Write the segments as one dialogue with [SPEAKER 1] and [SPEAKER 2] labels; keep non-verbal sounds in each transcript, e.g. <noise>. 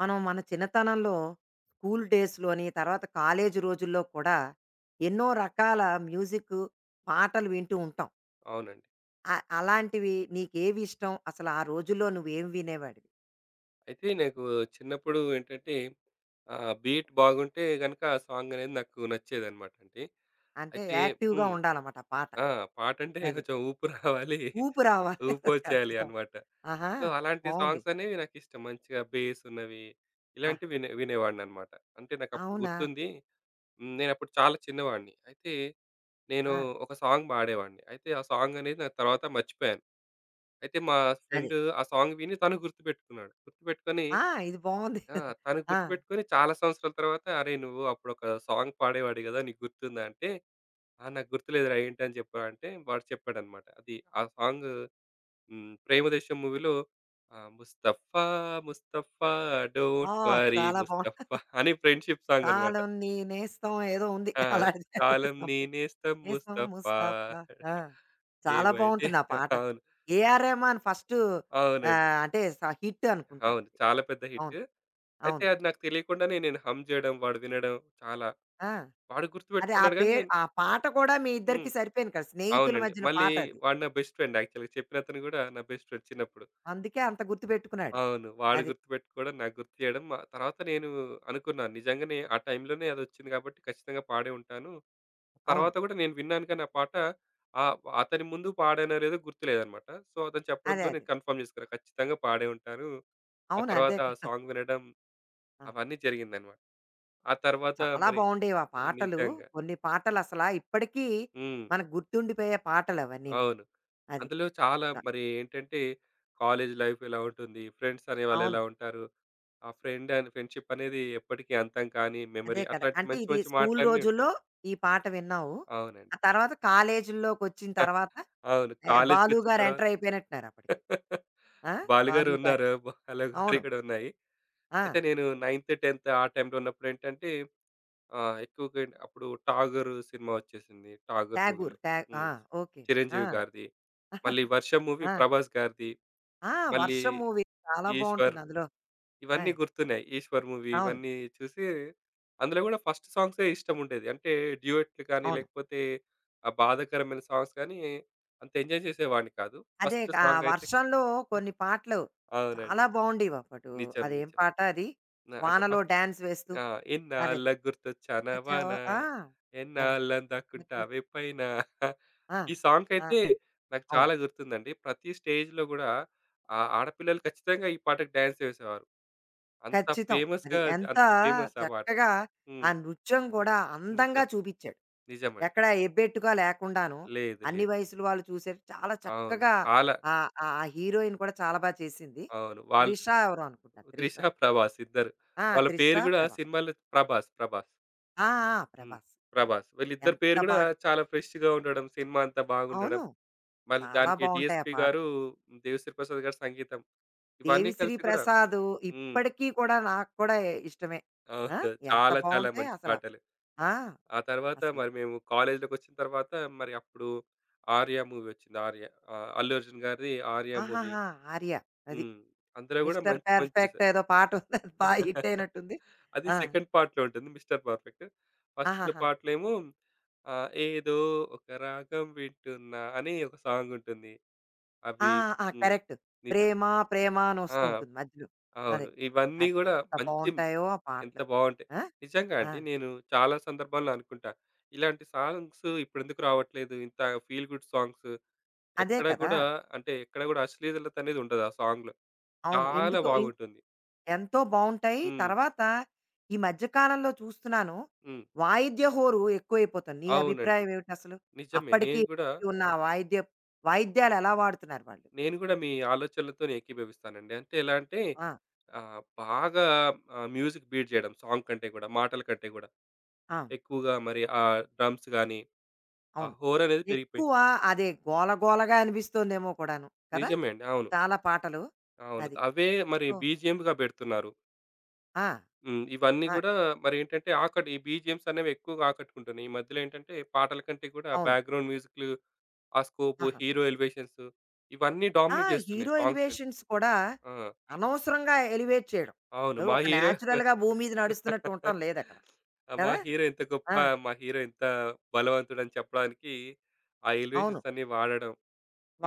[SPEAKER 1] మనం మన చిన్నతనంలో స్కూల్ డేస్‌లోని, తర్వాత కాలేజీ రోజుల్లో కూడా ఎన్నో రకాల మ్యూజిక్ పాటలు వింటూ ఉంటాం.
[SPEAKER 2] అవునండి.
[SPEAKER 1] అలాంటివి నీకేవి ఇష్టం? అసలు ఆ రోజుల్లో నువ్వేం వినేవాడివి?
[SPEAKER 2] అయితే నాకు చిన్నప్పుడు ఏంటంటే బీట్ బాగుంటే గనుక ఆ సాంగ్ అనేది నాకు నచ్చేదన్నమాట అండి.
[SPEAKER 1] అంటే
[SPEAKER 2] అయితే
[SPEAKER 1] యాక్టివ్‌గా
[SPEAKER 2] హ్మ్.
[SPEAKER 1] ఉండాలన్నమాట ఆ పాట.
[SPEAKER 2] ఆ! పాటంటే
[SPEAKER 1] అది.
[SPEAKER 2] కొంచెం ఊపు రావాలి.
[SPEAKER 1] ఊపు రావాలి. <laughs>
[SPEAKER 2] ఊపొచ్చేయాలి
[SPEAKER 1] ఖచ్చితం.
[SPEAKER 2] అన్నమాట.
[SPEAKER 1] ఆహా!
[SPEAKER 2] సో, అలాంటి
[SPEAKER 1] బావుంది.
[SPEAKER 2] సాంగ్స్ అనేవి నాకిష్టం. మంచిగా బేస్ ఉన్నవి
[SPEAKER 1] ఆహ్,
[SPEAKER 2] ఇలాంటివి వినేవాడినన్నమాట. అంటే నాకప్పుడు
[SPEAKER 1] అవునా?
[SPEAKER 2] గుర్తుంది. హ్మ్. నేనప్పుడు చాలా చిన్నవాడిని. అయితే నేను
[SPEAKER 1] ఆ!
[SPEAKER 2] ఒక సాంగ్ పాడేవాడిని. అయితే ఆ సాంగ్ అనేది నాకు తర్వాత మర్చిపోయాను. అయితే మా
[SPEAKER 1] అది.
[SPEAKER 2] ఫ్రెండ్ ఆ సాంగ్ విని తను గుర్తుపెట్టుకున్నాడు. గుర్తుపెట్టుకొని
[SPEAKER 1] ఆ! ఇది బావుంది.
[SPEAKER 2] ఆ! తను
[SPEAKER 1] ఆ!
[SPEAKER 2] గుర్తుపెట్టుకొని చాలా సంవత్సరాల తర్వాత, "అరేయ్! నువ్వు అప్పుడొక సాంగ్ పాడేవాడివి గదా! నీకు గుర్తుందా?" అంటే, "ఆ! నాకు గుర్తులేదురా ఏంటని చెప్పరా" అంటే వాడు చెప్పాడనమాట. అది ఆ సాంగ్ హ్మ్. 'ప్రేమదేశం' మూవీలో 'ముస్తఫా ముస్తఫా
[SPEAKER 1] ఆ!
[SPEAKER 2] డోంట్ వర్రీ
[SPEAKER 1] చాలా బావుంది.
[SPEAKER 2] ముస్తఫా' అని ఫ్రెండ్‌షిప్ సాంగ్ అనమాట.
[SPEAKER 1] కాలం నీ నేస్తం ఏదో ఉంది.
[SPEAKER 2] ఆ!
[SPEAKER 1] అలాంటిది <laughs>
[SPEAKER 2] కాలం నీ
[SPEAKER 1] సంథింగ్.
[SPEAKER 2] నేస్తం
[SPEAKER 1] ఏ సాంగ్
[SPEAKER 2] ముస్తఫా.
[SPEAKER 1] 'ముస్తాఫా'. ఆ! చాలా
[SPEAKER 2] ఏమంటే
[SPEAKER 1] బావుంటుంది ఆ పాట.
[SPEAKER 2] అవును.
[SPEAKER 1] ఏఆర్ రెహమాన్ ఫస్టు
[SPEAKER 2] అవునండి.
[SPEAKER 1] అంటే స హిట్
[SPEAKER 2] అవును,
[SPEAKER 1] అనుకుంటానది.
[SPEAKER 2] చాలా పెద్ద హిట్.
[SPEAKER 1] అవును.
[SPEAKER 2] అయితే
[SPEAKER 1] అవును.
[SPEAKER 2] అది నాకు తెలియకుండానే నేను హమ్ చేయడం, వాడు వినడం చాలా.
[SPEAKER 1] ఆ!
[SPEAKER 2] వాడు
[SPEAKER 1] అదే ఆ
[SPEAKER 2] గుర్తుపెట్టుకున్నాడు
[SPEAKER 1] పే
[SPEAKER 2] గానీ
[SPEAKER 1] ఆ పాట కూడా మీ ఇద్దరికీ
[SPEAKER 2] హ్మ్.
[SPEAKER 1] సరిపోయింది కదా! స్నేహితుల
[SPEAKER 2] అవునండి.
[SPEAKER 1] మధ్యన
[SPEAKER 2] మళ్ళీ
[SPEAKER 1] పాటది.
[SPEAKER 2] వాడు నా బెస్ట్ ఫ్రెండ్ యాక్చువల్‌గా, చెప్పినతను గూడా నా బెస్ట్ ఫ్రెండ్ చిన్నప్పుడు.
[SPEAKER 1] అందుకే అంత గుర్తుపెట్టుకున్నాడు.
[SPEAKER 2] అవును. వాడు
[SPEAKER 1] అది.
[SPEAKER 2] గుర్తుపెట్టుకోవడం, నాకు గుర్తు చేయడం. తర్వాత నేను అనుకున్నాను నిజంగానే ఆ టైంలోనే అదొచ్చింది కాబట్టి ఖచ్చితంగా పాడే ఉంటాను.
[SPEAKER 1] అవును.
[SPEAKER 2] తర్వాత గూడా నేను విన్నాను కానీ ఆ పాట ఆహ్, అతని ముందు పాడానో లేదో గుర్తులేదనమాట. సో, అతను
[SPEAKER 1] అదే.
[SPEAKER 2] చెప్పడంతో నేను
[SPEAKER 1] అదే.
[SPEAKER 2] కన్ఫర్మ్ చేసుకున్నా. ఖచ్చితంగా పాడే ఉంటాను. ఆ
[SPEAKER 1] అవును. అంతే
[SPEAKER 2] తర్వాత ఆ
[SPEAKER 1] కదా!
[SPEAKER 2] సాంగ్ వినడం
[SPEAKER 1] అవును.
[SPEAKER 2] అవన్నీ జరిగిందనమాట. ఆ తర్వాత
[SPEAKER 1] చాలా
[SPEAKER 2] మరి
[SPEAKER 1] బావుండేవి ఆ పాటలు.
[SPEAKER 2] నిజంగా.
[SPEAKER 1] కొన్ని పాటలసలా ఇప్పటికీ
[SPEAKER 2] హ్మ్.
[SPEAKER 1] మనకు గుర్తుండిపోయే పాటలవన్నీను.
[SPEAKER 2] అవును.
[SPEAKER 1] అది.
[SPEAKER 2] అందులో చాలా
[SPEAKER 1] ద
[SPEAKER 2] మరి ఏంటంటే కాలేజ్ లైఫ్ ఎలా ఉంటుంది, ఫ్రెండ్స్ అనేవాళ్ళు
[SPEAKER 1] అవును.
[SPEAKER 2] ఎలా ఉంటారు, ఆ ఫ్రెండ్ అండ్ ఫ్రెండ్‌షిప్ అనేది ఎప్పటికీ అంతం కాని
[SPEAKER 1] అదే
[SPEAKER 2] మెమరీ,
[SPEAKER 1] కదా!
[SPEAKER 2] అట్లాంటి
[SPEAKER 1] అంటే
[SPEAKER 2] మంచి
[SPEAKER 1] ఇది
[SPEAKER 2] మంచి
[SPEAKER 1] స్కూల్
[SPEAKER 2] మాటలన్నీ
[SPEAKER 1] రోజుల్లో
[SPEAKER 2] ఉంటాయి.
[SPEAKER 1] ఈ పాట విన్నావు.
[SPEAKER 2] అవునండి.
[SPEAKER 1] ఆ తర్వాత కాలేజీల్లోకొచ్చిన తర్వాత
[SPEAKER 2] అవును,
[SPEAKER 1] 'బాలు'
[SPEAKER 2] కాలేజ్‌కొచ్చిన
[SPEAKER 1] గారు
[SPEAKER 2] తర్వాత
[SPEAKER 1] ఎంటర్ అయిపోయినట్టున్నారు అప్పటికి.
[SPEAKER 2] <laughs>
[SPEAKER 1] ఆ!
[SPEAKER 2] బాలుగారు
[SPEAKER 1] 'బాలు' గారు.
[SPEAKER 2] ఉన్నారు. బాలుగారి
[SPEAKER 1] అవును.
[SPEAKER 2] కూడా ఉన్నాయి.
[SPEAKER 1] ఆ!
[SPEAKER 2] అయితే నేను 9th, 10th ఆ టైంలో ఉన్నప్పుడు ఏంటంటే ఎక్కువగా అప్పుడు 'ఠాగూర్' సినిమా వచ్చేసింది. 'ఠాగూర్' మూవీలో
[SPEAKER 1] 'ఠాగూర్' ఠా ఆ!
[SPEAKER 2] హ్మ్.
[SPEAKER 1] ఓకే. ఆ!
[SPEAKER 2] చిరంజీవి గారిది. మళ్ళీ
[SPEAKER 1] <laughs>
[SPEAKER 2] 'వర్షం' మూవీ
[SPEAKER 1] ఆ!
[SPEAKER 2] ప్రభాస్ గారిది.
[SPEAKER 1] ఆ!
[SPEAKER 2] మళ్ళీ
[SPEAKER 1] 'వర్షం' మూవీ చాలా
[SPEAKER 2] 'ఈశ్వర్.'
[SPEAKER 1] బావుంటుంది అందులో.
[SPEAKER 2] ఇవన్నీ
[SPEAKER 1] ఆయ్!
[SPEAKER 2] గుర్తున్నాయి. 'ఈశ్వర్' మూవీ
[SPEAKER 1] అవును.
[SPEAKER 2] ఇవన్నీ చూసి అందులో గూడా ఫస్ట్ సాంగ్సే ఇష్టముండేది. అంటే డ్యూయెట్లు కానీ,
[SPEAKER 1] అవును.
[SPEAKER 2] లేకపోతే ఆ బాధాకరమైన సాంగ్స్ కానీ అంత ఎంజాయ్ చేసేవాడిని కాదు.
[SPEAKER 1] అదే
[SPEAKER 2] ఫస్ట్
[SPEAKER 1] ఆ
[SPEAKER 2] సాంగయితే
[SPEAKER 1] 'వర్షంలో' కొన్ని పాటలు
[SPEAKER 2] అవునండి.
[SPEAKER 1] చాలా బావుండేవి అప్పుడు.
[SPEAKER 2] నిజం.
[SPEAKER 1] అదేం
[SPEAKER 2] నిజం.
[SPEAKER 1] పాట అది?
[SPEAKER 2] అంటే
[SPEAKER 1] 'వానలో
[SPEAKER 2] ఫస్ట్
[SPEAKER 1] డాన్స్ వేస్తూ'
[SPEAKER 2] ఆ!
[SPEAKER 1] అదే.
[SPEAKER 2] ఎన్నాళ్ళకి గుర్తొచ్చానావా
[SPEAKER 1] అచ్చో!
[SPEAKER 2] నా
[SPEAKER 1] ఆ! ఎంత
[SPEAKER 2] ఎన్నాళ్ళని దాక్కుంటావే పైన.
[SPEAKER 1] ఆ!
[SPEAKER 2] ఈ
[SPEAKER 1] ఆ!
[SPEAKER 2] సాంగ్‌కైతే నాకు
[SPEAKER 1] అవును.
[SPEAKER 2] చాలా గుర్తుందండి. ప్రతి స్టేజ్‌లో గూడా ఆ ఆడపిల్లలు ఖచ్చితంగా ఈ పాటకి డాన్స్ చేసేవారు. అంత
[SPEAKER 1] ఖచ్చితం. అది
[SPEAKER 2] ఫేమస్‌గా,
[SPEAKER 1] ఎంత
[SPEAKER 2] అంత ఫేమస్ ఆ పాట.
[SPEAKER 1] చక్కగా ఆ
[SPEAKER 2] హ్మ్.
[SPEAKER 1] నృత్యం కూడా అందంగా
[SPEAKER 2] నిజం.
[SPEAKER 1] చూపిచ్చాడు.
[SPEAKER 2] నిజమండి.
[SPEAKER 1] ఎక్కడ ఎబ్బెట్టుగా లేకుండాను
[SPEAKER 2] లేదు.
[SPEAKER 1] అన్ని
[SPEAKER 2] లేదు.
[SPEAKER 1] వయసుల వాళ్ళు చూసేట్టు చాలా
[SPEAKER 2] అవును.
[SPEAKER 1] చక్కగా
[SPEAKER 2] చాలా.
[SPEAKER 1] ఆ హీరోయిన్ కూడా చాలా బా చేసింది.
[SPEAKER 2] అవును. వాళ్ళు
[SPEAKER 1] 'త్రిష' ఎవరో అనుకుంటా
[SPEAKER 2] 'త్రిష'
[SPEAKER 1] 'త్రిష'
[SPEAKER 2] 'ప్రభాస్' ఇద్దరు.
[SPEAKER 1] ఆ!
[SPEAKER 2] వాళ్ళ
[SPEAKER 1] 'త్రిష'
[SPEAKER 2] పేరు గూడా
[SPEAKER 1] 'ప్రభా'.
[SPEAKER 2] సినిమాలో 'ప్రభాస్' 'ప్రభాస్.'
[SPEAKER 1] ఆ! ఆ!
[SPEAKER 2] హ్మ్.
[SPEAKER 1] 'ప్రభాస్' అవును.
[SPEAKER 2] 'ప్రభాస్.' వీళ్ళిద్దరి
[SPEAKER 1] ఎంత
[SPEAKER 2] పేరు గూడా,
[SPEAKER 1] బాగా
[SPEAKER 2] చాలా ఫ్రెష్‌గా ఉండడం, సినిమా అంతా బాగుండడం,
[SPEAKER 1] అవును.
[SPEAKER 2] మళ్ళీ
[SPEAKER 1] చాలా
[SPEAKER 2] దానికి
[SPEAKER 1] బావుంటాయి ఆ
[SPEAKER 2] డీఎస్‌పీ గారు,
[SPEAKER 1] పాటలు.
[SPEAKER 2] దేవిశ్రీ ప్రసాద్ గారి సంగీతం, ఇవన్నీ
[SPEAKER 1] 'దేవిశ్రీ
[SPEAKER 2] కలిసి గూడా
[SPEAKER 1] ప్రసాద్'
[SPEAKER 2] హ్మ్.
[SPEAKER 1] ఇప్పటికీ కూడా నాకు కూడా ఇష్టమే. ఆ!
[SPEAKER 2] అవును,
[SPEAKER 1] ఎంత
[SPEAKER 2] చాలా చాలా
[SPEAKER 1] బావుంటాయి
[SPEAKER 2] మంచి
[SPEAKER 1] అసల.
[SPEAKER 2] పాటలు.
[SPEAKER 1] ఆ!
[SPEAKER 2] ఆ తర్వాత
[SPEAKER 1] అసలు.
[SPEAKER 2] మరి మేము కాలేజ్‌లోకొచ్చిన తర్వాత మరి అప్పుడు 'ఆర్య' మూవీ వచ్చింది. 'ఆర్య' అల్లు అర్జున్ గారిది 'ఆర్య' మూవీ.
[SPEAKER 1] ఆహాహా! 'ఆర్య' అది.
[SPEAKER 2] హ్మ్. అందులో గూడా
[SPEAKER 1] 'మిస్టర్
[SPEAKER 2] మంచి మంచి.
[SPEAKER 1] పర్ఫెక్ట్' ఏదో పాట ఉంది. అది బా హిట్ అయినట్టుంది.
[SPEAKER 2] అది
[SPEAKER 1] ఆ!
[SPEAKER 2] సెకండ్ పార్ట్‌లో ఉంటుంది 'మిస్టర్ పర్ఫెక్ట్.' ఫస్ట్
[SPEAKER 1] ఆహాహా!
[SPEAKER 2] పార్ట్‌లో ఏమో ఏదో ఒక రాగం వింటున్నా అని ఒక సాంగ్ ఉంటుంది.
[SPEAKER 1] ఆ!
[SPEAKER 2] అవి
[SPEAKER 1] ఆ!
[SPEAKER 2] హ్మ్.
[SPEAKER 1] కరెక్ట్.
[SPEAKER 2] నిజం.
[SPEAKER 1] 'ప్రేమ 'ప్రేమ' అని వస్తూ
[SPEAKER 2] ఆ!
[SPEAKER 1] ఉంటుంది మధ్యలో.
[SPEAKER 2] అవును.
[SPEAKER 1] అదే.
[SPEAKER 2] ఇవన్నీ
[SPEAKER 1] అది
[SPEAKER 2] గూడా
[SPEAKER 1] ఎంత
[SPEAKER 2] మంచి.
[SPEAKER 1] బావుంటాయో ఆ
[SPEAKER 2] ఎంత
[SPEAKER 1] పాటలు.
[SPEAKER 2] బావుంటాయి.
[SPEAKER 1] ఆ!
[SPEAKER 2] నిజంగా
[SPEAKER 1] ఆ!
[SPEAKER 2] అండి. నేను చాలా సందర్భాల్లో అనుకుంటా. ఇలాంటి సాంగ్స్ ఇప్పుడెందుకు రావట్లేదు? ఇంత ఫీల్ గుడ్ సాంగ్స్
[SPEAKER 1] అదే
[SPEAKER 2] ఎక్కడ
[SPEAKER 1] కదా!
[SPEAKER 2] గూడా, అంటే ఎక్కడ గూడా అశ్లీలత అనేది ఉండదు ఆ సాంగ్‌లో.
[SPEAKER 1] అవును.
[SPEAKER 2] చాలా
[SPEAKER 1] ఎందుకో ఎన్
[SPEAKER 2] బాగుంటుంది.
[SPEAKER 1] ఎంతో బావుంటాయి.
[SPEAKER 2] హ్మ్.
[SPEAKER 1] తర్వాత ఈ మధ్య కాలంలో చూస్తున్నాను,
[SPEAKER 2] హ్మ్.
[SPEAKER 1] వాయిద్య హోరు ఎక్కువైపోతుంది. నీ
[SPEAKER 2] అవునండి.
[SPEAKER 1] అభిప్రాయం ఏమిటసలు?
[SPEAKER 2] నిజమే.
[SPEAKER 1] అప్పటికి
[SPEAKER 2] నేను గూడా
[SPEAKER 1] ఇప్పటికి ఉన్న ఆ వాయిద్య వాయిద్యాలు ఎలా వాడుతున్నారు వాళ్ళు?
[SPEAKER 2] నేను గూడా మీ ఆలోచనలతోనే ఏకీభవిస్తానండి. అంటే ఎలా అంటే
[SPEAKER 1] ఆ!
[SPEAKER 2] బాగా మ్యూజిక్ బీట్ జేయడం సాంగ్ కంటే గూడా, మాటల కంటే గూడా
[SPEAKER 1] ఆ!
[SPEAKER 2] ఎక్కువగా మరి ఆ డ్రమ్స్ గానీ, ఆ
[SPEAKER 1] అవును.
[SPEAKER 2] హోర్ అనేది పెరిగిపోయి.
[SPEAKER 1] ఎక్కువ అదే గోల గోలగా అనిపిస్తోందేమో కూడాను. కదా!
[SPEAKER 2] నిజమే అండి. అవును.
[SPEAKER 1] చాలా పాటలు.
[SPEAKER 2] అవును.
[SPEAKER 1] అది.
[SPEAKER 2] అవే మరి
[SPEAKER 1] సో
[SPEAKER 2] బీజీఎమ్‌గా బెడుతున్నారు.
[SPEAKER 1] ఆ!
[SPEAKER 2] హ్మ్. ఇవన్నీ
[SPEAKER 1] ఆ!
[SPEAKER 2] గూడా మరేంటంటే ఈ బీజీఎమ్స్ అనేవి ఎక్కువగా ఆకట్టుకుంటున్నాయి. ఈ మధ్యలో ఏంటంటే పాటల కంటే గూడా
[SPEAKER 1] అవును.
[SPEAKER 2] బ్యాక్‌గ్రౌండ్ మ్యూజిక్‌లు, ఆ స్కోపు,
[SPEAKER 1] ఆహా!
[SPEAKER 2] హీరో ఎలివేషన్స్ ఇవన్నీ
[SPEAKER 1] ఆ!
[SPEAKER 2] డామినేట్ జేస్తున్నాయి
[SPEAKER 1] హీరో
[SPEAKER 2] సాంగ్స్ కంటే.
[SPEAKER 1] ఎలివేషన్స్ కూడా
[SPEAKER 2] ఆ!
[SPEAKER 1] అనవసరంగా ఎలివేట్ చేయడం.
[SPEAKER 2] అవును,
[SPEAKER 1] ఏదో
[SPEAKER 2] మా
[SPEAKER 1] ఒక
[SPEAKER 2] హీరో,
[SPEAKER 1] నేచురల్‌గా భూమి మీద నడుస్తున్నట్టు ఉండటం లేదక్కడ.
[SPEAKER 2] ఆ మా
[SPEAKER 1] కదా!
[SPEAKER 2] హీరో ఇంత గొప్ప,
[SPEAKER 1] ఆ!
[SPEAKER 2] మా హీరో ఇంత బలవంతుడని చెప్పడానికి ఆ
[SPEAKER 1] అవును.
[SPEAKER 2] ఎలివేషన్స్ అన్నీ వాడడం.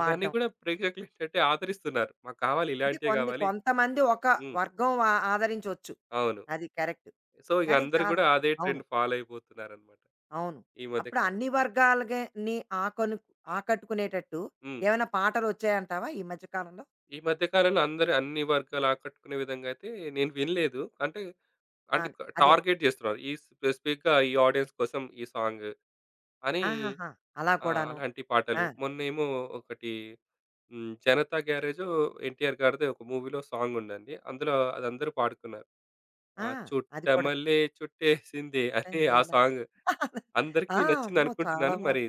[SPEAKER 2] ఇవన్నీ కూడా ప్రేక్షకులేంటంటే ఆదరిస్తున్నారు. మాకు కావాలి,
[SPEAKER 1] అంటే
[SPEAKER 2] ఇలాంటియే
[SPEAKER 1] కొన్ని
[SPEAKER 2] గావాలి.
[SPEAKER 1] కొంతమంది ఒక
[SPEAKER 2] హ్మ్.
[SPEAKER 1] వర్గం ఆ ఆదరించొచ్చు.
[SPEAKER 2] అవును.
[SPEAKER 1] అది కరెక్ట్.
[SPEAKER 2] సో, ఇగ
[SPEAKER 1] కానీ
[SPEAKER 2] అందరూ
[SPEAKER 1] చాలా
[SPEAKER 2] గూడా అదే
[SPEAKER 1] అవును.
[SPEAKER 2] ట్రెండ్ ఫాలో అయిపోతున్నారనమాట
[SPEAKER 1] అవును.
[SPEAKER 2] ఈ మధ్య
[SPEAKER 1] అప్పుడు అన్ని
[SPEAKER 2] కాలంలో.
[SPEAKER 1] వర్గాలగే ని ఆకను ఆకట్టుకునేటట్టు
[SPEAKER 2] హ్మ్.
[SPEAKER 1] ఏమైనా పాటలొచ్చాయంటావా ఈ మధ్య కాలంలో?
[SPEAKER 2] ఈ మధ్య కాలంలో అందరూ అన్ని వర్గాలు ఆకట్టుకునే విధంగా అయితే నేను వినలేదు. అంటే,
[SPEAKER 1] ఆ!
[SPEAKER 2] అంటే
[SPEAKER 1] అదే.
[SPEAKER 2] టార్గెట్ జేస్తున్నారు. ఈ స్పెసిఫిక్‌గా ఈ ఆడియన్స్ కోసం ఈ సాంగ్ అని
[SPEAKER 1] ఆహాహా! అలా కూడాను.
[SPEAKER 2] అలాంటి పాటలు.
[SPEAKER 1] ఆ!
[SPEAKER 2] మొన్నేమో ఒకటి హ్మ్. 'జనతా గ్యారేజు' 'ఎన్టీఆర్' గారిది ఒక మూవీలో సాంగ్ ఉందండి. అందులో అది అందరూ పాడుకున్నారు. ఆ!
[SPEAKER 1] ఆ! అది కూడా.
[SPEAKER 2] చుట్టమల్లె చుట్టేసిందే అని ఆ
[SPEAKER 1] సందేలా
[SPEAKER 2] సాంగ్.
[SPEAKER 1] ఆ!
[SPEAKER 2] అందరికీ
[SPEAKER 1] అమ్మో! చాలా
[SPEAKER 2] నచ్చిందనుకుంటున్నాను. మరి
[SPEAKER 1] బావుంది.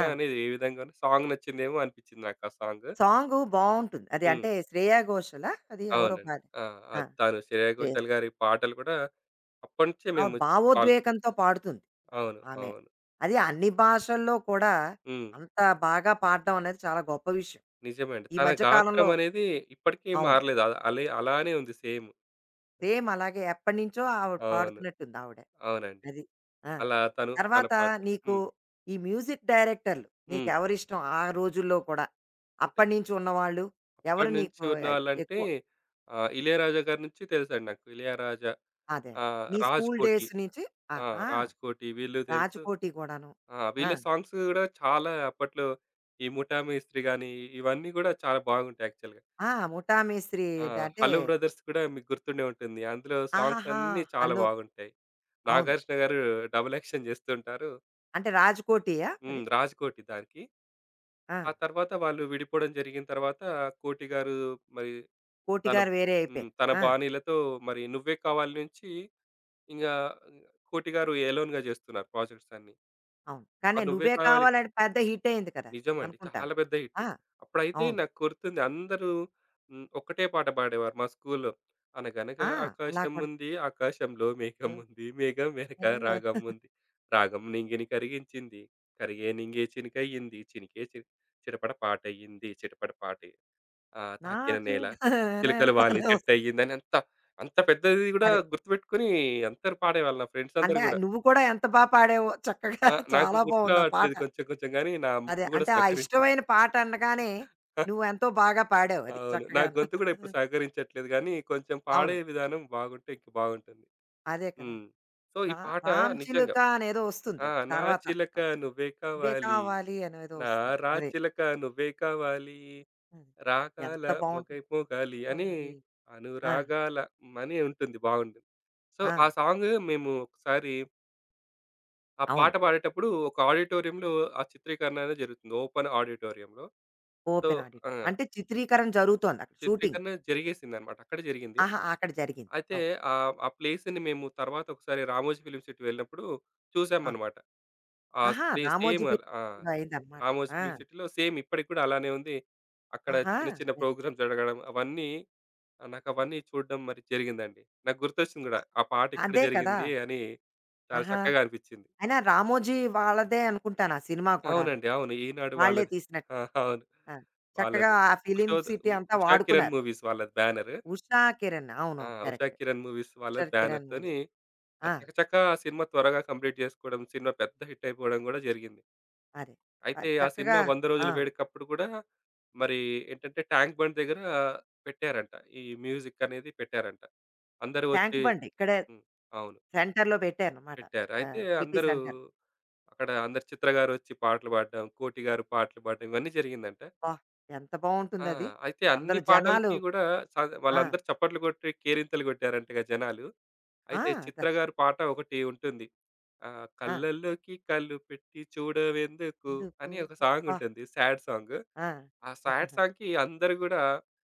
[SPEAKER 1] ఆ!
[SPEAKER 2] అనేది ఏ విధంగానో సాంగ్ నచ్చిందేమో అనిపించింది నాకు ఆ సాంగ్.
[SPEAKER 1] సాంగు బావుంటుంది. అది
[SPEAKER 2] హ్మ్.
[SPEAKER 1] అంటే 'శ్రేయ ఘోషలా' అది ఎవరో
[SPEAKER 2] అవునండి.
[SPEAKER 1] పాడా
[SPEAKER 2] ఆ!
[SPEAKER 1] ఆ!
[SPEAKER 2] అది తను 'శ్రేయ
[SPEAKER 1] శ్రే
[SPEAKER 2] ఘోషాల్' గారి పాటలు కూడా అప్పటినుంచే
[SPEAKER 1] ఆమె
[SPEAKER 2] మేము కాల్
[SPEAKER 1] భావోద్వేగంతో పాడుతుంది. ఆ!
[SPEAKER 2] అవును.
[SPEAKER 1] ఆమె.
[SPEAKER 2] అవును.
[SPEAKER 1] అది అన్ని భాషల్లో కూడా
[SPEAKER 2] హ్మ్.
[SPEAKER 1] అంత బాగా పాడడం అనేది చాలా గొప్ప విషయం.
[SPEAKER 2] నిజమే అండి.
[SPEAKER 1] ఈ
[SPEAKER 2] తన
[SPEAKER 1] మధ్య
[SPEAKER 2] గాత్రం
[SPEAKER 1] కాలంలో
[SPEAKER 2] అనేది ఇప్పటికీ
[SPEAKER 1] అవును.
[SPEAKER 2] మారలేదు. అల అలే అలానే ఉంది సేమ్.
[SPEAKER 1] సేమ్ అలాగే ఎప్పటినుంచో ఆవిడ
[SPEAKER 2] అవును.
[SPEAKER 1] పాడుతున్నట్టుంది ఆవిడ.
[SPEAKER 2] అవునండి.
[SPEAKER 1] అది. ఆ!
[SPEAKER 2] అలా తను తన
[SPEAKER 1] తర్వాత
[SPEAKER 2] పాటలు.
[SPEAKER 1] నీకు
[SPEAKER 2] హ్మ్.
[SPEAKER 1] ఈ మ్యూజిక్ డైరెక్టర్లు
[SPEAKER 2] హ్మ్.
[SPEAKER 1] నీకెవరిష్టం ఆ రోజుల్లో కూడా?
[SPEAKER 2] అంటే
[SPEAKER 1] అప్పటినుంచి ఉన్నవాళ్ళు ఎవరు
[SPEAKER 2] అప్పటినుంచి
[SPEAKER 1] నీకు
[SPEAKER 2] ఉన్నాలంటే
[SPEAKER 1] ఎక్కువ?
[SPEAKER 2] 'ఇళయరాజా' గారి నుంచి తెలుసండి నాకు. 'ఇళయరాజా'
[SPEAKER 1] అదే. అదే. నీ స్కూల్
[SPEAKER 2] 'రాజ్‌కోటి'
[SPEAKER 1] డేస్ నుంచి ఆ!
[SPEAKER 2] ఆ!
[SPEAKER 1] ఆ!
[SPEAKER 2] 'రాజ్‌కోటి' వీళ్ళు తెలుసు.
[SPEAKER 1] 'రాజకోటి' కూడాను.
[SPEAKER 2] ఆ!
[SPEAKER 1] ఆ!
[SPEAKER 2] వీళ్ళ సాంగ్స్ గూడా చాలా అప్పట్లో ఈ 'ముఠా మేస్త్రి' గాని, ఇవన్నీ గూడా చాలా బాగుంటాయి యాక్చువల్‌గా.
[SPEAKER 1] ఆ! 'ముఠా మేస్త్రి'
[SPEAKER 2] ఆ!
[SPEAKER 1] అంటే
[SPEAKER 2] 'హలో బ్రదర్స్' కూడా మీకు గుర్తుండే ఉంటుంది. అందులో సాంగ్స్
[SPEAKER 1] ఆహాహా!
[SPEAKER 2] అన్నీ చాలా
[SPEAKER 1] హలో
[SPEAKER 2] బాగుంటాయి.
[SPEAKER 1] అవును.
[SPEAKER 2] నాగార్జున గారు డబుల్ యాక్షన్ చేస్తుంటారు.
[SPEAKER 1] అంటే 'రాజకోటియా'
[SPEAKER 2] హ్మ్.
[SPEAKER 1] అది?
[SPEAKER 2] 'రాజ్‌కోటి' దానికి.
[SPEAKER 1] ఆ!
[SPEAKER 2] ఆ తర్వాత వాళ్ళు విడిపోవడం జరిగిన తర్వాత 'కోటి' గారు మరి
[SPEAKER 1] 'కోటి'
[SPEAKER 2] తన
[SPEAKER 1] గారు వేరే
[SPEAKER 2] హ్మ్.
[SPEAKER 1] అయిపోయారు.
[SPEAKER 2] తన
[SPEAKER 1] ఆ!
[SPEAKER 2] బాణీలతో మరి 'నువ్వే కావాలి' నుంచి ఇంగా 'కోటి' గారు ఎలోన్‌గా చేస్తున్నారు ప్రాజెక్ట్స్ అన్నీ.
[SPEAKER 1] అవును.
[SPEAKER 2] ఆ
[SPEAKER 1] కానీ
[SPEAKER 2] 'నువ్వే
[SPEAKER 1] నువ్వే
[SPEAKER 2] కావాలి'
[SPEAKER 1] కావాలని పెద్ద హిట్ అయింది కదా!
[SPEAKER 2] నిజమండి,
[SPEAKER 1] అనుకుంటాను.
[SPEAKER 2] చాలా పెద్ద హిట్.
[SPEAKER 1] ఆ!
[SPEAKER 2] అప్పుడైతే
[SPEAKER 1] అవును.
[SPEAKER 2] నాకు గుర్తుంది అందరూ హ్మ్, ఒక్కటే పాట పాడేవారు మా స్కూల్‌లో. అనగనగా
[SPEAKER 1] ఆ! అలా కూడా.
[SPEAKER 2] ఆకాశముంది, ఆకాశంలో మేఘముంది, మేఘం వెనక
[SPEAKER 1] నిఘంటువు.
[SPEAKER 2] రాగముంది, రాగం నింగిని కరిగించింది, కరిగే నింగే చినికయ్యింది, చినికే చి చిటపట పాటయ్యింది, చిటపట పాటయ్యింది. ఆ!
[SPEAKER 1] నా
[SPEAKER 2] తాకిన నేల,
[SPEAKER 1] చూడాలనే
[SPEAKER 2] చిలకలు వాలి
[SPEAKER 1] వస్తుంది.
[SPEAKER 2] చెట్టయ్యిందని, అంత, అంత పెద్దది గూడా
[SPEAKER 1] అదే.
[SPEAKER 2] గుర్తుపెట్టుకొని అందరూ పాడేవాళ్ళు, నా ఫ్రెండ్స్ అందరూ
[SPEAKER 1] అంటే
[SPEAKER 2] గూడా.
[SPEAKER 1] నువ్వు కూడా ఎంత బా పాడావో చక్కగా
[SPEAKER 2] ఆ!
[SPEAKER 1] <laughs>
[SPEAKER 2] నాకు
[SPEAKER 1] చాలా
[SPEAKER 2] గుర్తు
[SPEAKER 1] బావుంది ఆ పాట.
[SPEAKER 2] రావట్లేదు కొంచెం కొంచెం గానీ, నా
[SPEAKER 1] అదే.
[SPEAKER 2] ముక్కు గూడా
[SPEAKER 1] అంటే ఆ
[SPEAKER 2] సహకరించదు.
[SPEAKER 1] ఇష్టమైన పాట అనగానే
[SPEAKER 2] <laughs>
[SPEAKER 1] నువ్వెంతో బాగా పాడావు అది
[SPEAKER 2] అవును. నా
[SPEAKER 1] చక్కగాను.
[SPEAKER 2] గొంతు గూడా ఇప్పుడు సహకరించట్లేదు గానీ, కొంచెం పాడే
[SPEAKER 1] అవును.
[SPEAKER 2] విధానం బాగుంటే ఇంకా బాగుంటుంది.
[SPEAKER 1] అదే కదా!
[SPEAKER 2] హ్మ్. సో, ఈ
[SPEAKER 1] నా
[SPEAKER 2] పాట
[SPEAKER 1] 'రామ్
[SPEAKER 2] నిజంగా.
[SPEAKER 1] చిలుక' అనేదో
[SPEAKER 2] ఆ!
[SPEAKER 1] వస్తుందది.
[SPEAKER 2] నా
[SPEAKER 1] తర్వాత
[SPEAKER 2] చిలక నువ్వే
[SPEAKER 1] 'నువ్వే
[SPEAKER 2] కావాలి.
[SPEAKER 1] కావాలి' అనేదో
[SPEAKER 2] నా
[SPEAKER 1] వస్తుంది. అదే.
[SPEAKER 2] రాచిలక నువ్వే కావాలి.
[SPEAKER 1] అది.
[SPEAKER 2] రాగాల
[SPEAKER 1] ఎంత
[SPEAKER 2] మొగై
[SPEAKER 1] బావుంటుంది.
[SPEAKER 2] మోగాలి అని,
[SPEAKER 1] అది. ఆ!
[SPEAKER 2] అనురాగాల అని ఉంటుంది, బాగుంటుంది. సో,
[SPEAKER 1] ఆ!
[SPEAKER 2] ఆ సాంగ్ మేము ఒకసారి ఆ పాట
[SPEAKER 1] అవును.
[SPEAKER 2] పాడేటప్పుడు ఒక ఆడిటోరియంలో ఆ చిత్రీకరణ అనేది జరుగుతుంది. ఓపెన్ ఆడిటోరియంలో. So
[SPEAKER 1] open audit.
[SPEAKER 2] ఆ!
[SPEAKER 1] అంటే చిత్రీకరణ జరుగుతోందక్కడ షూటింగ్.
[SPEAKER 2] చిత్రీకరణ జరిగేసిందన్నమాట. అక్కడే జరిగింది.
[SPEAKER 1] ఆహా! అక్కడ జరిగింది.
[SPEAKER 2] అయితే
[SPEAKER 1] ఓకే.
[SPEAKER 2] ఆ ప్లేస్‌ని మేము తర్వాత ఒకసారి 'రామోజీ ఫిల్మ్ సిటీ' వెళ్ళినప్పుడు
[SPEAKER 1] ఆ!
[SPEAKER 2] చూసామన్నమాట. ఆ
[SPEAKER 1] ఆహా!
[SPEAKER 2] ప్లే సేమ్
[SPEAKER 1] రామోజీ
[SPEAKER 2] ఆ!
[SPEAKER 1] ఫిల్మ్‌లో అయిందనమాట.
[SPEAKER 2] ఆమోజ్
[SPEAKER 1] ఆ!
[SPEAKER 2] ఫిల్మ్ సిటీలో సేమ్ ఇప్పటికి కూడా అలానే ఉంది. అక్కడ
[SPEAKER 1] ఆహా!
[SPEAKER 2] చిన్న చిన్న ప్రోగ్రామ్స్ జరగడం అవన్నీ నాకవన్నీ చూడడం మరి జరిగిందండి. నాకు గుర్తొచ్చింది గూడా. ఆ పాట ఇక్కడ
[SPEAKER 1] అదే కదా!
[SPEAKER 2] జరిగింది అని చాలా
[SPEAKER 1] ఆహా!
[SPEAKER 2] చక్కగా అనిపిచ్చింది.
[SPEAKER 1] అయినా రామోజీ వాళ్ళదే అనుకుంటాను ఆ సినిమా కూడాను.
[SPEAKER 2] అవునండి. అవును. ఈనాడు
[SPEAKER 1] వాళ్ళే
[SPEAKER 2] వాళ్ళది. ఆ!
[SPEAKER 1] తీసినట్టు.
[SPEAKER 2] అవును.
[SPEAKER 1] ఆ! చక్కగా
[SPEAKER 2] వాళ్ళదే.
[SPEAKER 1] ఆ ఫిల్మ్
[SPEAKER 2] ఉషోద్
[SPEAKER 1] సిటీ
[SPEAKER 2] ఉ
[SPEAKER 1] అంతా
[SPEAKER 2] ఉషా కిరణ్
[SPEAKER 1] వాడుకున్నారు.
[SPEAKER 2] మూవీస్ వాళ్ళది బ్యానరు.
[SPEAKER 1] ఉషా, కిరణ్
[SPEAKER 2] ఆ!
[SPEAKER 1] అవునవును.
[SPEAKER 2] ఉషా
[SPEAKER 1] కరెక్ట్.
[SPEAKER 2] కిరణ్ మూవీస్ వాళ్ళది
[SPEAKER 1] ఉషర్ కిరణ్
[SPEAKER 2] బ్యానర్‌తోని
[SPEAKER 1] మూవీస్.
[SPEAKER 2] ఆ
[SPEAKER 1] ఆ!
[SPEAKER 2] చకచకా సినిమా త్వరగా కంప్లీట్ జేసుకోవడం, సినిమా పెద్ద హిట్ అయిపోవడం గూడా జరిగింది.
[SPEAKER 1] అదే.
[SPEAKER 2] అయితే
[SPEAKER 1] అది
[SPEAKER 2] ఆ సినిమా
[SPEAKER 1] చక్కగా
[SPEAKER 2] 100
[SPEAKER 1] ఆ!
[SPEAKER 2] రోజుల వేడుకప్పుడు గూడా మరి ఏంటంటే, ట్యాంక్ బండ్ దగ్గర పెట్టారంట. ఈ మ్యూజిక్ అనేది పెట్టారంట. అందరూ
[SPEAKER 1] ట్యాంక్
[SPEAKER 2] వచ్చి
[SPEAKER 1] బండ్ ఇక్కడే
[SPEAKER 2] హ్మ్. అవును.
[SPEAKER 1] సెంటర్‌లో పెట్టారనమాట.
[SPEAKER 2] పెట్టారు. అయితే
[SPEAKER 1] సిటీ
[SPEAKER 2] అందరూ
[SPEAKER 1] సెంటర్.
[SPEAKER 2] అక్కడ, అందరు చిత్ర గారొచ్చి పాటలు పాడడం, కోటి గారు పాటలు పాడడం, ఇవన్నీ జరిగిందంట.
[SPEAKER 1] అబ్బా! ఎంత
[SPEAKER 2] ఆ!
[SPEAKER 1] బావుంటుందది.
[SPEAKER 2] అయితే అన్ని
[SPEAKER 1] అందరూ జనాలు
[SPEAKER 2] పాటలకి గూడా సగ
[SPEAKER 1] ఆ!
[SPEAKER 2] వాళ్ళందరూ చప్పట్లు కొట్టి కేరింతలు కొట్టారంటగా జనాలు.
[SPEAKER 1] ఆ!
[SPEAKER 2] అయితే
[SPEAKER 1] అద
[SPEAKER 2] చిత్ర గారి పాట ఒకటి ఉంటుంది.
[SPEAKER 1] ఆ!
[SPEAKER 2] కళ్ళల్లోకి కళ్ళు పెట్టి చూడవెందుకు
[SPEAKER 1] ఎందుకు?
[SPEAKER 2] అని ఒక
[SPEAKER 1] అబ్బా!
[SPEAKER 2] సాంగుంటుంది. Sad song.
[SPEAKER 1] ఆ!
[SPEAKER 2] ఆ సాడ్
[SPEAKER 1] ఆహాహా.
[SPEAKER 2] సాంగ్‌కి అందరూ గూడా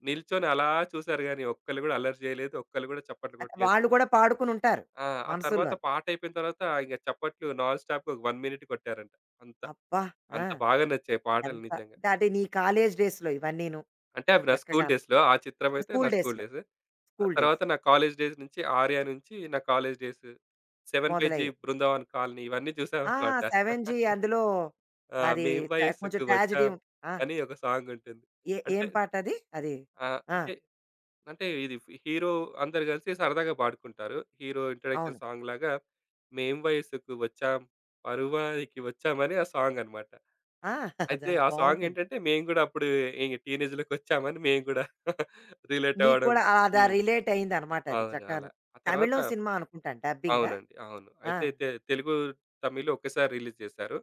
[SPEAKER 2] నిల్చొని అలా చూసారు గానీ, ఒక్కళ్ళు గూడా అల్లరి చేయలేదు. ఒక్కళ్ళు గూడా చప్పట్లు
[SPEAKER 1] అంటే
[SPEAKER 2] కొట్టలేదు.
[SPEAKER 1] వాళ్ళు కూడా పాడుకునుంటారు
[SPEAKER 2] ఆ! ఆ తర్వాత
[SPEAKER 1] మనసుల్లోని.
[SPEAKER 2] పాటయిపోయిన తర్వాత ఇంక చప్పట్లు నాన్ స్టాప్‌గా ఒక 1 మినిట్ కొట్టారంట. అంత,
[SPEAKER 1] అబ్బా! ఆ!
[SPEAKER 2] అంత బాగా నచ్చాయి పాటలు
[SPEAKER 1] ఎంత
[SPEAKER 2] నిజంగా.
[SPEAKER 1] అంటే అంటే నీ కాలేజ్ డేస్‌లో ఇవన్నీను
[SPEAKER 2] అంటే అవి నా స్కూల్
[SPEAKER 1] చక్కగాను.
[SPEAKER 2] డేస్‌లో. ఆ చిత్రమైతే నా
[SPEAKER 1] స్కూల్
[SPEAKER 2] స్కూల్
[SPEAKER 1] డేస్‌లో,
[SPEAKER 2] డేస్. ఆ
[SPEAKER 1] స్కూల్ డేస్
[SPEAKER 2] తర్వాత నా కాలేజ్ డేస్ నుంచి 'ఆర్య' నుంచి నా కాలేజ్ డేస్, 'సెవెన్ పేజీ
[SPEAKER 1] మొదలయ్యాయి.
[SPEAKER 2] బృందావన్ కాలనీ' ఇవన్నీ
[SPEAKER 1] ఆ!
[SPEAKER 2] చూసామన్నమాట.
[SPEAKER 1] 'సెవెన్ జీ' అందులో
[SPEAKER 2] ఆ!
[SPEAKER 1] అది
[SPEAKER 2] 'మేం
[SPEAKER 1] కొంచెం
[SPEAKER 2] వయస్సుకు
[SPEAKER 1] ట్రాజడీ
[SPEAKER 2] వచ్చాం'
[SPEAKER 1] ఆ!
[SPEAKER 2] అని ఒక సాంగుంటుంది. అంటే
[SPEAKER 1] ఏం పాటది? అది
[SPEAKER 2] ఆ!
[SPEAKER 1] అది ఆ!
[SPEAKER 2] అంటే అంటే ఇది ఫ్ హీరో అందరూ కలిసి సరదాగా పాడుకుంటారు. హీరో ఇంట్రడక్షన్
[SPEAKER 1] అవును.
[SPEAKER 2] సాంగ్ లాగా మేం వయసుకు వచ్చాం, పరువానికి వచ్చామని ఆ సాంగ్ అన్నమాట.
[SPEAKER 1] ఆ! <laughs>
[SPEAKER 2] అయితే
[SPEAKER 1] అదా
[SPEAKER 2] ఆ సాంగ్
[SPEAKER 1] బావుంటుంది.
[SPEAKER 2] ఏంటంటే మేము గూడా అప్పుడు ఈ టీనేజ్‌లోకొచ్చామని మేము గూడా <laughs> రిలేట్
[SPEAKER 1] నీకు
[SPEAKER 2] అవ్వడం.
[SPEAKER 1] కూడా అదా
[SPEAKER 2] హ్మ్.
[SPEAKER 1] రిలేట్ అయిందనమాట అది
[SPEAKER 2] అవును. అలా.
[SPEAKER 1] చక్కాను.
[SPEAKER 2] ఆ తర్వాత
[SPEAKER 1] తమిళం సినిమా అనుకుంటాను డబ్బింగా?
[SPEAKER 2] అవునండి. అవును.
[SPEAKER 1] ఆ!
[SPEAKER 2] అయితే తెలుగు, తమిళ్ ఒకేసారి రిలీజ్ చేశారు.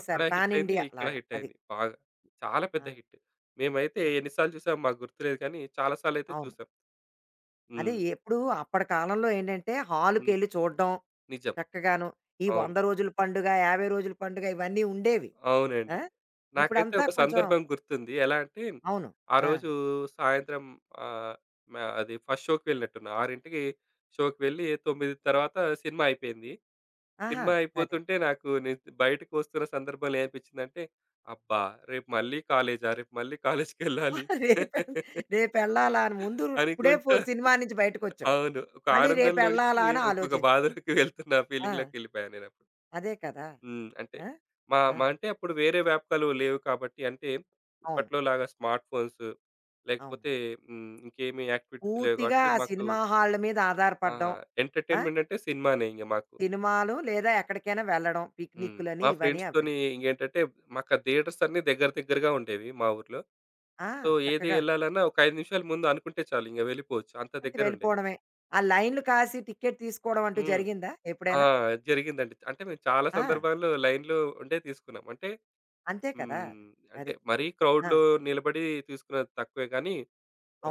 [SPEAKER 2] అక్కడ హిట్
[SPEAKER 1] పాన్
[SPEAKER 2] అయింది.
[SPEAKER 1] ఇండియా
[SPEAKER 2] ఇక్కడ
[SPEAKER 1] లాగా
[SPEAKER 2] హిట్
[SPEAKER 1] అది.
[SPEAKER 2] అయింది. బాగా. చాలా పెద్ద
[SPEAKER 1] ఆ!
[SPEAKER 2] హిట్. మేమైతే ఎన్ని సార్లు చూసామో మాకు గుర్తులేదు కానీ చాలా సార్లయితే
[SPEAKER 1] అవును.
[SPEAKER 2] చూసాం.
[SPEAKER 1] అదే
[SPEAKER 2] హ్మ్.
[SPEAKER 1] ఎప్పుడు అప్పటి కాలంలో ఏంటంటే
[SPEAKER 2] హ్మ్.
[SPEAKER 1] హాల్‌కెళ్ళి చూడడం
[SPEAKER 2] నిజం.
[SPEAKER 1] చక్కగాను. ఈ
[SPEAKER 2] అవును.
[SPEAKER 1] 100 రోజుల పండుగ, 50 రోజుల పండుగ ఇవన్నీ ఉండేవి. ఆ!
[SPEAKER 2] అవునండి. నాకైతే
[SPEAKER 1] ఇప్పుడంతా
[SPEAKER 2] ఒక
[SPEAKER 1] కొంచెం
[SPEAKER 2] సందర్భం గుర్తుంది. ఎలా అంటే,
[SPEAKER 1] అవును.
[SPEAKER 2] ఆ
[SPEAKER 1] ఆ!
[SPEAKER 2] రోజు సాయంత్రం ఆహ్, మ అది ఫస్ట్ షోకి వెళ్ళినట్టున్నా. 6కి షోకి వెళ్ళి 9 తర్వాత సినిమా అయిపోయింది.
[SPEAKER 1] ఆహా!
[SPEAKER 2] సినిమా
[SPEAKER 1] అదే.
[SPEAKER 2] అయిపోతుంటే నాకు నేను బయటకు వస్తున్న సందర్భంలో ఏమనిపించిందంటే, అబ్బా! రేపు మళ్ళీ కాలేజా? రేపు మళ్ళీ కాలేజ్‌కెళ్ళాలి
[SPEAKER 1] <laughs> రేపె
[SPEAKER 2] <laughs>
[SPEAKER 1] రేపెళ్ళాలా అని ముందు ఇప్పుడే
[SPEAKER 2] అనుకుంటా.
[SPEAKER 1] సినిమా నుంచి బయటకొచ్చావు.
[SPEAKER 2] అవును. ఒక
[SPEAKER 1] మళ్ళీ
[SPEAKER 2] ఆనందంలోంచి
[SPEAKER 1] రేపెళ్ళాలా అని
[SPEAKER 2] ఇంకొక
[SPEAKER 1] ఆలోచించడం.
[SPEAKER 2] బాధలోకి వెళ్తున్న
[SPEAKER 1] ఆ!
[SPEAKER 2] ఫీలింగ్‌లోకెళ్ళిపోయాను నేనప్పుడు.
[SPEAKER 1] అదే కదా!
[SPEAKER 2] హ్మ్. అంటే
[SPEAKER 1] ఆ!
[SPEAKER 2] మా
[SPEAKER 1] ఆ!
[SPEAKER 2] మా అంటే అప్పుడు వేరే వ్యాపకాలు లేవు కాబట్టి, అంటే
[SPEAKER 1] అవును.
[SPEAKER 2] ఇప్పట్లో లాగా స్మార్ట్ ఫోన్స్
[SPEAKER 1] అవును.
[SPEAKER 2] లేకపోతే హ్మ్, ఇంకేమి యాక్టివిటీస్ లేవు
[SPEAKER 1] పూర్తిగా
[SPEAKER 2] కాబట్టి
[SPEAKER 1] ఆ
[SPEAKER 2] మాకు
[SPEAKER 1] సినిమా హాళ్ళ మీద
[SPEAKER 2] ఆ!
[SPEAKER 1] ఆధారపడడం. ఆ!
[SPEAKER 2] ఎంటర్‌టైన్‌మెంట్ అంటే సినిమానే ఇంగ మాకు.
[SPEAKER 1] సినిమాలు లేదా ఎక్కడికైనా వెళ్ళడం
[SPEAKER 2] హ్మ్.
[SPEAKER 1] పిక్నిక్‌లని
[SPEAKER 2] మా
[SPEAKER 1] ఇవని అవని.
[SPEAKER 2] ఫ్రెండ్స్‌తోని ఇంగేంటంటే మాకా థియేటర్స్ అన్నీ దగ్గర దగ్గరగా ఉండేవి మా ఊర్లో.
[SPEAKER 1] ఆ!
[SPEAKER 2] సో, ఏది
[SPEAKER 1] చక్కగా
[SPEAKER 2] ఎళ్ళాలన్నా ఒక 5 నిమిషాల ముందు అనుకుంటే చాలు ఇంగ వెళ్ళిపోవచ్చు. అంత
[SPEAKER 1] అంతే
[SPEAKER 2] దగ్గరుండేవి.
[SPEAKER 1] వెళ్ళిపోవడమే. ఆ లైన్‌లు కాసి టికెట్ తీసుకోవడం అంటూ
[SPEAKER 2] హ్మ్.
[SPEAKER 1] జరిగిందా
[SPEAKER 2] ఆ!
[SPEAKER 1] ఎప్పుడైనా?
[SPEAKER 2] జరిగిందండి. అంటే మేము చాలా
[SPEAKER 1] ఆ!
[SPEAKER 2] సందర్భాల్లో లైన్‌లో ఉండే తీసుకున్నాం. అంటే
[SPEAKER 1] అంతే కదా!
[SPEAKER 2] హ్మ్. అంటే
[SPEAKER 1] అది.
[SPEAKER 2] మరీ
[SPEAKER 1] ఆ!
[SPEAKER 2] క్రౌడ్‌లో నిలబడి తీసుకున్నది తక్కువే కానీ,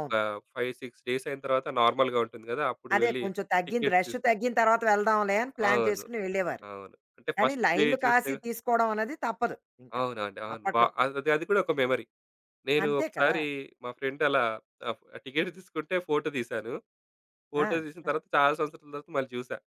[SPEAKER 2] ఒక 5, 6 డేస్ అయిన తర్వాత నార్మల్‌గా ఉంటుంది కదా! అప్పుడు
[SPEAKER 1] అదే
[SPEAKER 2] వెళ్లి
[SPEAKER 1] కొంచెం తగ్గింది
[SPEAKER 2] టికెట్స్
[SPEAKER 1] రష్
[SPEAKER 2] తీస్
[SPEAKER 1] తగ్గిన తర్వాత వెళ్దాంలే అని ప్లాన్
[SPEAKER 2] అవును.
[SPEAKER 1] చేసుకుని వెళ్ళేవారు.
[SPEAKER 2] అవును. అంటే
[SPEAKER 1] కానీ
[SPEAKER 2] ఫస్ట్ డే
[SPEAKER 1] లైన్‌లు
[SPEAKER 2] చూస్తే
[SPEAKER 1] కాసి తీసుకోవడం అనేది తప్పదు ఇంకా.
[SPEAKER 2] అవునండి. అవును. బా
[SPEAKER 1] అప్పట్లో.
[SPEAKER 2] అది, అది కూడా ఒక మెమరీ. నేను
[SPEAKER 1] అంతే కదా!
[SPEAKER 2] ఒకసారి మా ఫ్రెండ్ అలా ఆహ్, టికెట్ తీసుకుంటే ఫోటో తీశాను. ఫోటో
[SPEAKER 1] ఆ!
[SPEAKER 2] తీసిన తర్వాత చాలా సంవత్సరాల తర్వాత మళ్ళీ చూసా.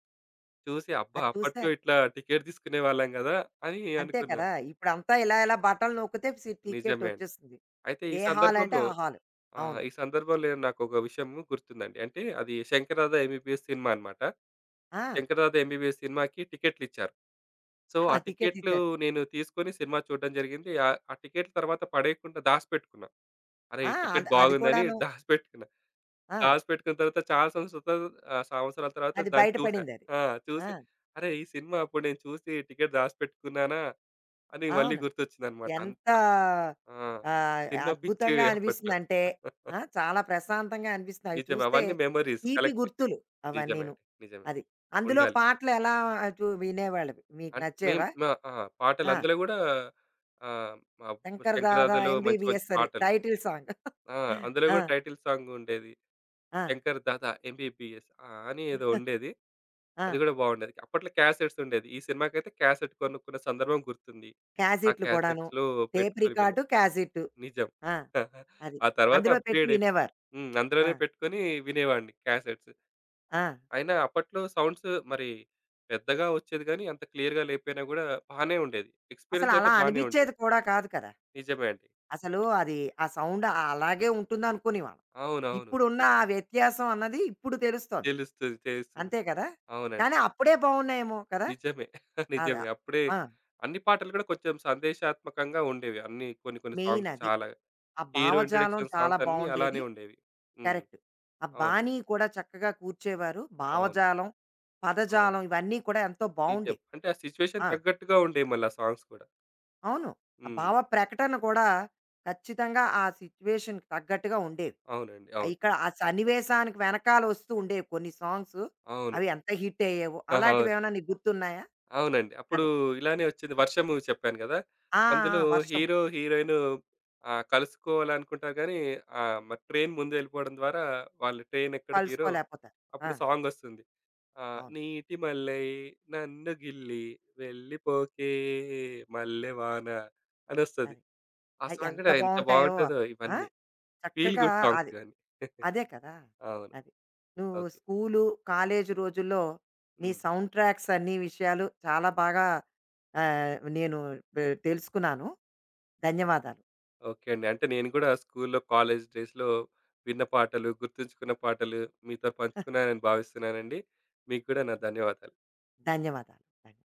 [SPEAKER 2] చూసి అబ్బా!
[SPEAKER 1] అది చూస్తే
[SPEAKER 2] అప్పట్లో ఇట్లా టికెట్ తీసుకునేవాళ్ళం కదా! అని
[SPEAKER 1] అంతే కదా!
[SPEAKER 2] అనుకున్నాను.
[SPEAKER 1] ఇప్పుడంతా ఇలా ఇలా బటన్ నొక్కితే సి టికెట్
[SPEAKER 2] నిజమే అండి.
[SPEAKER 1] వచ్చేస్తుంది.
[SPEAKER 2] అయితే ఈ
[SPEAKER 1] ఏ హాల్ అంటే
[SPEAKER 2] సందర్భంలో
[SPEAKER 1] ఆ హాల్.
[SPEAKER 2] ఆ!
[SPEAKER 1] అవును.
[SPEAKER 2] ఈ సందర్భంలో నాకొక విషయం గుర్తుందండి. అంటే అది 'శంకర్‌దాదా ఎంబీబీఎస్' సినిమా అన్నమాట.
[SPEAKER 1] ఆ!
[SPEAKER 2] 'శంకర్‌దాదా ఎంబీబీఎస్' సినిమాకి టికెట్లిచ్చారు. సో, ఆ
[SPEAKER 1] ఆ టికెట్
[SPEAKER 2] టికెట్లు
[SPEAKER 1] ఇచ్చారు.
[SPEAKER 2] నేను తీసుకొని సినిమా చూడడం జరిగింది. ఆ టికెట్ల తర్వాత పడేయకుండా దాసిపెట్టుకున్నా. అరే!
[SPEAKER 1] ఆ!
[SPEAKER 2] ఈ టికెట్
[SPEAKER 1] అది అది
[SPEAKER 2] బాగుందని
[SPEAKER 1] కూడాను.
[SPEAKER 2] దాసిపెట్టుకున్నా.
[SPEAKER 1] ఆ!
[SPEAKER 2] దాసిపెట్టుకున్న తర్వాత చాలా సంవత్సరాల తర్వాత సంవత్సరాల తర్వాత
[SPEAKER 1] అది
[SPEAKER 2] దాన్ని చూసా.
[SPEAKER 1] బయటపడిందది.
[SPEAKER 2] ఆ!
[SPEAKER 1] ఆ!
[SPEAKER 2] చూసి అరే! ఈ సినిమా అప్పుడు నేను చూసి టికెట్ దాసిపెట్టుకున్నానా అని మళ్ళీ
[SPEAKER 1] అవును.
[SPEAKER 2] గుర్తొచ్చిందన్నమాట. అంత
[SPEAKER 1] ఎంత
[SPEAKER 2] ఆ! సినిమా పిచ్చి
[SPEAKER 1] అద్భుతంగా
[SPEAKER 2] అప్పట్లో.
[SPEAKER 1] అనిపిస్తుందంటే
[SPEAKER 2] <laughs>
[SPEAKER 1] ఆ! చాలా ప్రశాంతంగా అనిపిస్తుంది. అవి
[SPEAKER 2] నిజమే.
[SPEAKER 1] చూస్తే
[SPEAKER 2] అవన్నీ మెమోరీస్
[SPEAKER 1] తీపి
[SPEAKER 2] కలెక్ట్.
[SPEAKER 1] గుర్తులు
[SPEAKER 2] నిజమే
[SPEAKER 1] అవన్నీను.
[SPEAKER 2] అండి. నిజమే.
[SPEAKER 1] అది. అందులో
[SPEAKER 2] ఉండాలి.
[SPEAKER 1] పాటలెలా వినేవాళ్ళవి? మీకు
[SPEAKER 2] అంటే మేము
[SPEAKER 1] నచ్చేవా?
[SPEAKER 2] మా ఆ! పాటలు
[SPEAKER 1] ఆ!
[SPEAKER 2] అందులో గూడా ఆహ్, మా
[SPEAKER 1] 'శంకర్ దాదా
[SPEAKER 2] శంకర్దాదాలో మంచి మంచి
[SPEAKER 1] ఎంబీబీఎస్' అది
[SPEAKER 2] పాటలు.
[SPEAKER 1] Title song.
[SPEAKER 2] ఆ! అందులో
[SPEAKER 1] ఆ!
[SPEAKER 2] గూడా టైటిల్ సాంగ్ ఉండేది.
[SPEAKER 1] ఆ!
[SPEAKER 2] 'శంకర్ దాదా ఎంబీబీఎస్' ఆ! అని ఏదో ఉండేది.
[SPEAKER 1] ఆ!
[SPEAKER 2] అది గూడా బావుండేది. అప్పట్లో క్యాసెట్స్ ఉండేది. ఈ సినిమాకైతే క్యాసెట్ కొనుక్కున్న సందర్భం గుర్తుంది. ఆ
[SPEAKER 1] క్యాసెట్‌లు కూడాను.
[SPEAKER 2] క్యాసెట్స్‌లో
[SPEAKER 1] టేప్
[SPEAKER 2] పెట్టుకొని విన్నాం.
[SPEAKER 1] Record, cassette.
[SPEAKER 2] నిజం.
[SPEAKER 1] ఆ!
[SPEAKER 2] <laughs>
[SPEAKER 1] అది.
[SPEAKER 2] ఆ తర్వాత
[SPEAKER 1] అందులో పెట్టి
[SPEAKER 2] అప్‌గ్రేడ్ అయిపోయి
[SPEAKER 1] వినేవారు.
[SPEAKER 2] హ్మ్.
[SPEAKER 1] ఆ!
[SPEAKER 2] అందులోనే పెట్టుకొని వినేవాడిని క్యాసెట్స్.
[SPEAKER 1] ఆ!
[SPEAKER 2] అయినా అప్పట్లో సౌండ్స్ మరి పెద్దగా వచ్చేది గానీ, అంత క్లియర్‌గా లేకపోయినా గూడా బానే ఉండేది.
[SPEAKER 1] అసలు
[SPEAKER 2] ఎక్స్‌పీరియన్స్ అయితే
[SPEAKER 1] అలా
[SPEAKER 2] బానే ఉండేది.
[SPEAKER 1] అనిపించేది కూడా కాదు కదా!
[SPEAKER 2] నిజమే అండి.
[SPEAKER 1] అసలు అది ఆ సౌండ్ అలాగే ఉంటుందనుకునేవాళ్ళం.
[SPEAKER 2] అవునవును.
[SPEAKER 1] ఇప్పుడున్న ఆ వ్యత్యాసం అన్నది ఇప్పుడు తెలుస్తోంది.
[SPEAKER 2] తెలుస్తుంది. తెలుస్తుంది.
[SPEAKER 1] అంతే కదా!
[SPEAKER 2] అవునండి.
[SPEAKER 1] కానీ అప్పుడే బావున్నాయేమో కదా!
[SPEAKER 2] నిజమే. <laughs>
[SPEAKER 1] అదా
[SPEAKER 2] నిజమే. అప్పుడే
[SPEAKER 1] ఆ!
[SPEAKER 2] అన్ని పాటలు గూడా కొంచెం సందేశాత్మకంగా ఉండేవి. అన్ని, కొన్ని కొన్ని
[SPEAKER 1] మెయిన్
[SPEAKER 2] సాంగ్స్
[SPEAKER 1] అది.
[SPEAKER 2] చాలా.
[SPEAKER 1] ఆ
[SPEAKER 2] హీరో
[SPEAKER 1] భావజాలం
[SPEAKER 2] ఇంట్రడక్షన్
[SPEAKER 1] చాలా
[SPEAKER 2] సాంగ్స్ అన్నీ
[SPEAKER 1] బావుండేది.
[SPEAKER 2] అలానే ఉండేవి. హ్మ్.
[SPEAKER 1] కరెక్ట్. ఆ
[SPEAKER 2] అవును.
[SPEAKER 1] బాణీ కూడా చక్కగా కూర్చేవారు.
[SPEAKER 2] అవును.
[SPEAKER 1] భావజాలం,
[SPEAKER 2] అవును.
[SPEAKER 1] పదజాలం ఇవన్నీ కూడా ఎంతో
[SPEAKER 2] నిజం.
[SPEAKER 1] బావుండేవి.
[SPEAKER 2] అంటే ఆ సిట్యుయేషన్
[SPEAKER 1] ఆ!
[SPEAKER 2] తగ్గట్టుగా ఉండేవి మళ్ళీ ఆ సాంగ్స్ కూడా.
[SPEAKER 1] అవును. ఆ
[SPEAKER 2] హ్మ్.
[SPEAKER 1] భావ ప్రకటన కూడా ఖచ్చితంగా ఆ సిట్యుయేషన్‌కి తగ్గట్టుగా ఉండేవి.
[SPEAKER 2] అవునండి. అవును.
[SPEAKER 1] ఇక్కడ ఆ సన్నివేశానికి వెనకాల వస్తూ ఉండేవి కొన్ని సాంగ్స్.
[SPEAKER 2] అవును.
[SPEAKER 1] అవి ఎంత హిట్ అయ్యేవో.
[SPEAKER 2] <laughs> అవును.
[SPEAKER 1] అలాంటివేమైనా నీకు గుర్తున్నాయా?
[SPEAKER 2] అవునండి. అప్పుడు
[SPEAKER 1] అదే.
[SPEAKER 2] ఇలానే వచ్చింది 'వర్షం' మూవీ చెప్పాను గదా!
[SPEAKER 1] ఆ!
[SPEAKER 2] అందులో
[SPEAKER 1] ఆ! వర్షము.
[SPEAKER 2] హీరో, హీరోయిన్ కలుసుకోవాలనుకుంటారు గానీ మరి ట్రైన్ ముందెళ్ళిపోవడం ద్వారా వాళ్ళు ట్రైన్ ఎక్కడ హీరో
[SPEAKER 1] కలుసుకోలేపోతారు.
[SPEAKER 2] అప్పుడు
[SPEAKER 1] ఆ!
[SPEAKER 2] సాంగొస్తుంది.
[SPEAKER 1] అవును.
[SPEAKER 2] నీటి మల్లె నన్ను గిల్లి వెళ్ళిపోకే మల్లె వాన అనొస్తది.
[SPEAKER 1] అది.
[SPEAKER 2] ఆ
[SPEAKER 1] అయి
[SPEAKER 2] సాంగ్
[SPEAKER 1] ఎంత
[SPEAKER 2] గూడా ఎంత
[SPEAKER 1] బావుంటాయో.
[SPEAKER 2] బావుంటదో,
[SPEAKER 1] ఆ!
[SPEAKER 2] ఇవన్నీ ఫీల్
[SPEAKER 1] చక్కగా
[SPEAKER 2] గుడ్ సాంగ్స్
[SPEAKER 1] అది.
[SPEAKER 2] ఇవన్నీ. <laughs>
[SPEAKER 1] అదే కదా!
[SPEAKER 2] అవును.
[SPEAKER 1] అది. నువ్వు
[SPEAKER 2] ఓకే.
[SPEAKER 1] స్కూలు, కాలేజీ రోజుల్లో నీ
[SPEAKER 2] హ్మ్.
[SPEAKER 1] సౌండ్ ట్రాక్స్ అన్ని విషయాలు చాలా బాగా నేను తెలుసుకున్నాను. ధన్యవాదాలు.
[SPEAKER 2] ఓకే అండి. అంటే నేను గూడా స్కూల్లో, కాలేజ్ డేస్‌లో విన్న పాటలు, గుర్తుంచుకున్న పాటలు మీతో పంచుకున్నానని భావిస్తున్నానండి. మీకు కూడా నా ధన్యవాదాలు.
[SPEAKER 1] ధన్యవాదాలు. ధన్యవాదాలు.